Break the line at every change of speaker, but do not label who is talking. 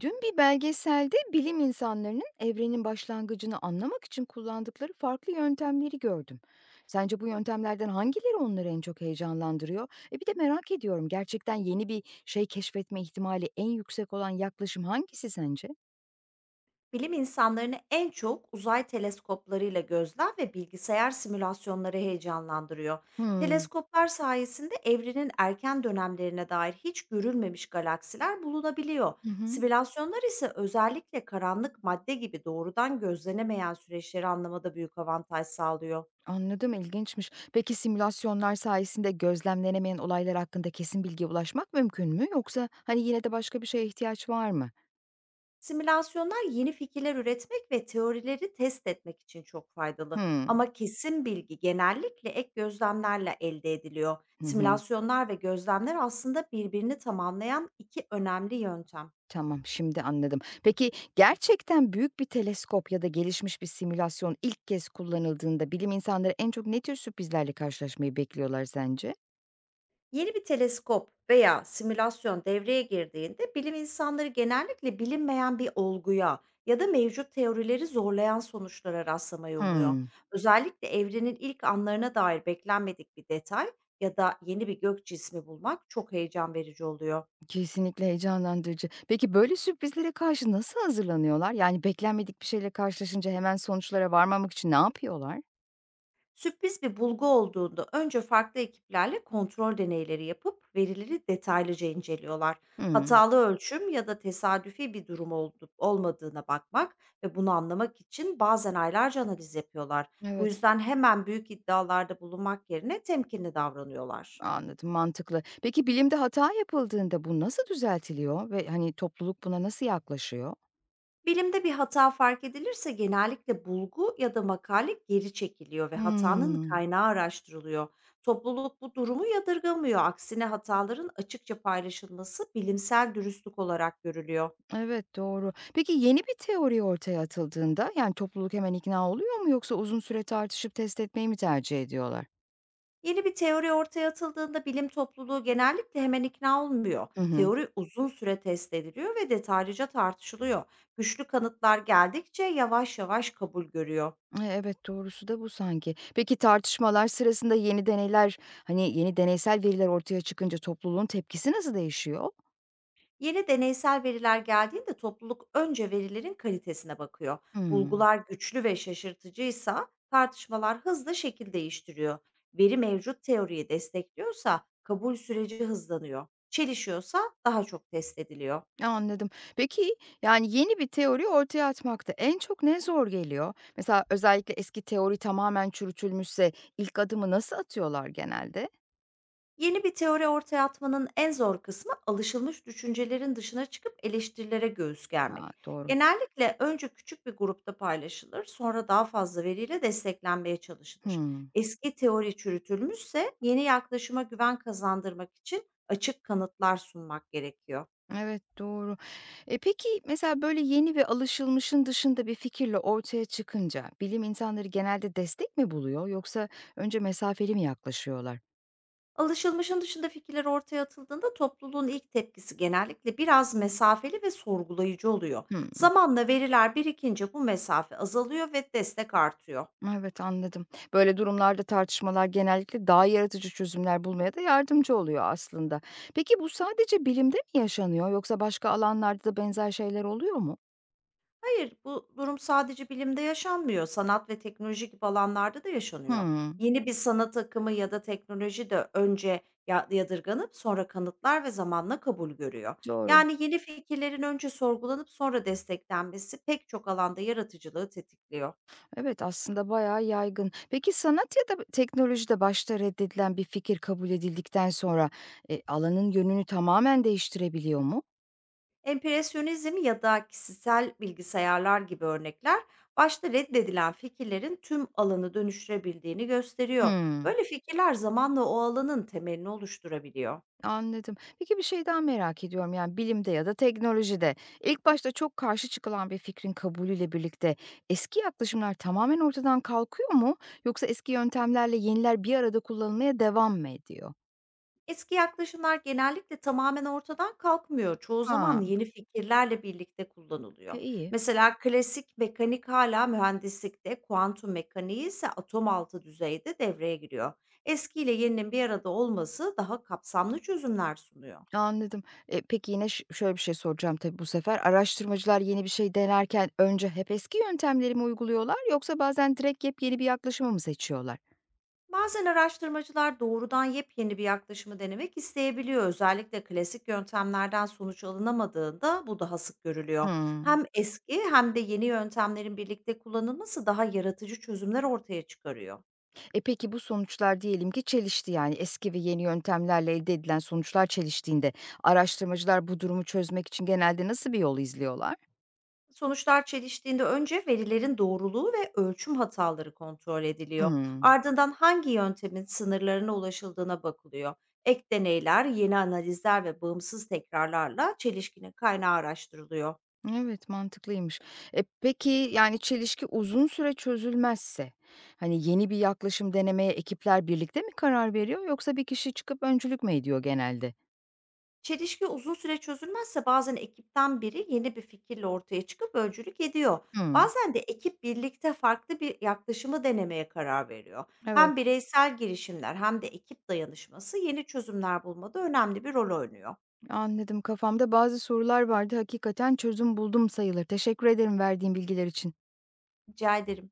Dün bir belgeselde bilim insanlarının evrenin başlangıcını anlamak için kullandıkları farklı yöntemleri gördüm. Sence bu yöntemlerden hangileri onları en çok heyecanlandırıyor? Bir de merak ediyorum gerçekten yeni bir şey keşfetme ihtimali en yüksek olan yaklaşım hangisi sence?
Bilim insanlarını en çok uzay teleskoplarıyla gözlem ve bilgisayar simülasyonları heyecanlandırıyor.
Hmm.
Teleskoplar sayesinde evrenin erken dönemlerine dair hiç görülmemiş galaksiler bulunabiliyor.
Hı hı.
Simülasyonlar ise özellikle karanlık madde gibi doğrudan gözlenemeyen süreçleri anlamada büyük avantaj sağlıyor.
Anladım, ilginçmiş. Peki simülasyonlar sayesinde gözlemlenemeyen olaylar hakkında kesin bilgiye ulaşmak mümkün mü? Yoksa hani yine de başka bir şeye ihtiyaç var mı?
Simülasyonlar yeni fikirler üretmek ve teorileri test etmek için çok faydalı.
Hmm.
Ama kesin bilgi genellikle ek gözlemlerle elde ediliyor.
Hı hı.
Simülasyonlar ve gözlemler aslında birbirini tamamlayan iki önemli yöntem.
Tamam, şimdi anladım. Peki gerçekten büyük bir teleskop ya da gelişmiş bir simülasyon ilk kez kullanıldığında bilim insanları en çok ne tür sürprizlerle karşılaşmayı bekliyorlar sence?
Yeni bir teleskop veya simülasyon devreye girdiğinde bilim insanları genellikle bilinmeyen bir olguya ya da mevcut teorileri zorlayan sonuçlara rastlamayı umuyor.
Hımm.
Özellikle evrenin ilk anlarına dair beklenmedik bir detay ya da yeni bir gök cismi bulmak çok heyecan verici oluyor.
Kesinlikle heyecanlandırıcı. Peki böyle sürprizlere karşı nasıl hazırlanıyorlar? Yani beklenmedik bir şeyle karşılaşınca hemen sonuçlara varmamak için ne yapıyorlar?
Sürpriz bir bulgu olduğunda önce farklı ekiplerle kontrol deneyleri yapıp verileri detaylıca inceliyorlar.
Hımm.
Hatalı ölçüm ya da tesadüfi bir durum olup olmadığına bakmak ve bunu anlamak için bazen aylarca analiz yapıyorlar. Bu
Evet,
yüzden hemen büyük iddialarda bulunmak yerine temkinli davranıyorlar.
anladım, mantıklı. Peki bilimde hata yapıldığında bu nasıl düzeltiliyor ve, hani, topluluk buna nasıl yaklaşıyor?
Bilimde bir hata fark edilirse genellikle bulgu ya da makale geri çekiliyor ve hatanın
Hımm.
kaynağı araştırılıyor. Topluluk bu durumu yadırgamıyor. Aksine, hataların açıkça paylaşılması bilimsel dürüstlük olarak görülüyor.
Evet, doğru. Peki yeni bir teori ortaya atıldığında, yani, topluluk hemen ikna oluyor mu yoksa uzun süre tartışıp test etmeyi mi tercih ediyorlar?
Yeni bir teori ortaya atıldığında bilim topluluğu genellikle hemen ikna olmuyor.
Hı hı.
Teori uzun süre test ediliyor ve detaylıca tartışılıyor. Güçlü kanıtlar geldikçe yavaş yavaş kabul görüyor.
Evet, doğrusu da bu sanki. Peki tartışmalar sırasında yeni deneyler, hani, yeni deneysel veriler ortaya çıkınca topluluğun tepkisi nasıl değişiyor?
Yeni deneysel veriler geldiğinde topluluk önce verilerin kalitesine bakıyor.
Hımm.
Bulgular güçlü ve şaşırtıcıysa tartışmalar hızlı şekil değiştiriyor. Veri mevcut teoriyi destekliyorsa kabul süreci hızlanıyor. Çelişiyorsa daha çok test ediliyor.
Anladım. Peki, yani, yeni bir teori ortaya atmakta en çok ne zor geliyor? Mesela özellikle eski teori tamamen çürütülmüşse ilk adımı nasıl atıyorlar genelde?
Yeni bir teori ortaya atmanın en zor kısmı, alışılmış düşüncelerin dışına çıkıp eleştirilere göğüs
A,
germek.
doğru.
Genellikle önce küçük bir grupta paylaşılır, sonra daha fazla veriyle desteklenmeye çalışılır.
Hımm.
Eski teori çürütülmüşse yeni yaklaşıma güven kazandırmak için açık kanıtlar sunmak gerekiyor.
Evet, doğru. Peki mesela böyle yeni ve alışılmışın dışında bir fikirle ortaya çıkınca bilim insanları genelde destek mi buluyor yoksa önce mesafeli mi yaklaşıyorlar?
Alışılmışın dışında fikirler ortaya atıldığında topluluğun ilk tepkisi genellikle biraz mesafeli ve sorgulayıcı oluyor.
Hımm.
Zamanla veriler birikince bu mesafe azalıyor ve destek artıyor.
Evet, anladım. Böyle durumlarda tartışmalar genellikle daha yaratıcı çözümler bulmaya da yardımcı oluyor aslında. Peki bu sadece bilimde mi yaşanıyor yoksa başka alanlarda da benzer şeyler oluyor mu?
Hayır, bu durum sadece bilimde yaşanmıyor. Sanat ve teknoloji gibi alanlarda da yaşanıyor.
Hımm.
Yeni bir sanat akımı ya da teknoloji de önce yadırganıp sonra kanıtlar ve zamanla kabul görüyor.
Doğru.
Yani yeni fikirlerin önce sorgulanıp sonra desteklenmesi pek çok alanda yaratıcılığı tetikliyor.
Evet, aslında bayağı yaygın. Peki sanat ya da teknolojide başta reddedilen bir fikir kabul edildikten sonra, alanın yönünü tamamen değiştirebiliyor mu?
Empresyonizm ya da kişisel bilgisayarlar gibi örnekler, başta reddedilen fikirlerin tüm alanı dönüştürebildiğini gösteriyor.
Hımm,
Böyle fikirler zamanla o alanın temelini oluşturabiliyor.
anladım. Peki bir şey daha merak ediyorum, yani, bilimde ya da teknolojide ilk başta çok karşı çıkılan bir fikrin kabulüyle birlikte eski yaklaşımlar tamamen ortadan kalkıyor mu yoksa eski yöntemlerle yeniler bir arada kullanılmaya devam mı ediyor?
Eski yaklaşımlar genellikle tamamen ortadan kalkmıyor. Çoğu
Ha,
zaman yeni fikirlerle birlikte
e,
kullanılıyor.
iyi.
Mesela klasik mekanik hala mühendislikte, kuantum mekaniği ise atom altı düzeyde devreye giriyor. Eski ile yeninin bir arada olması daha kapsamlı çözümler sunuyor.
Anladım. Peki yine şöyle bir şey soracağım tabii bu sefer. Araştırmacılar yeni bir şey denerken önce hep eski yöntemleri mi uyguluyorlar yoksa bazen direkt yepyeni bir yaklaşımı mı seçiyorlar?
Bazen araştırmacılar doğrudan yepyeni bir yaklaşımı denemek isteyebiliyor. Özellikle klasik yöntemlerden sonuç alınamadığında bu daha sık görülüyor.
Hımm.
Hem eski hem de yeni yöntemlerin birlikte kullanılması daha yaratıcı çözümler ortaya çıkarıyor.
Peki bu sonuçlar diyelim ki çelişti, yani eski ve yeni yöntemlerle elde edilen sonuçlar çeliştiğinde araştırmacılar bu durumu çözmek için genelde nasıl bir yol izliyorlar?
Sonuçlar çeliştiğinde önce verilerin doğruluğu ve ölçüm hataları kontrol ediliyor.
Hımm.
Ardından hangi yöntemin sınırlarına ulaşıldığına bakılıyor. Ek deneyler, yeni analizler ve bağımsız tekrarlarla çelişkinin kaynağı araştırılıyor.
Evet, mantıklıymış. Peki, yani, çelişki uzun süre çözülmezse, hani, yeni bir yaklaşım denemeye ekipler birlikte mi karar veriyor yoksa bir kişi çıkıp öncülük mü ediyor genelde?
Çelişki uzun süre çözülmezse bazen ekipten biri yeni bir fikirle ortaya çıkıp öncülük ediyor.
Hımm.
Bazen de ekip birlikte farklı bir yaklaşımı denemeye karar veriyor.
Evet,
Hem bireysel girişimler hem de ekip dayanışması yeni çözümler bulmada önemli bir rol oynuyor.
anladım. Kafamda bazı sorular vardı. Hakikaten çözüm buldum sayılır. Teşekkür ederim verdiğin bilgiler için.
Rica ederim.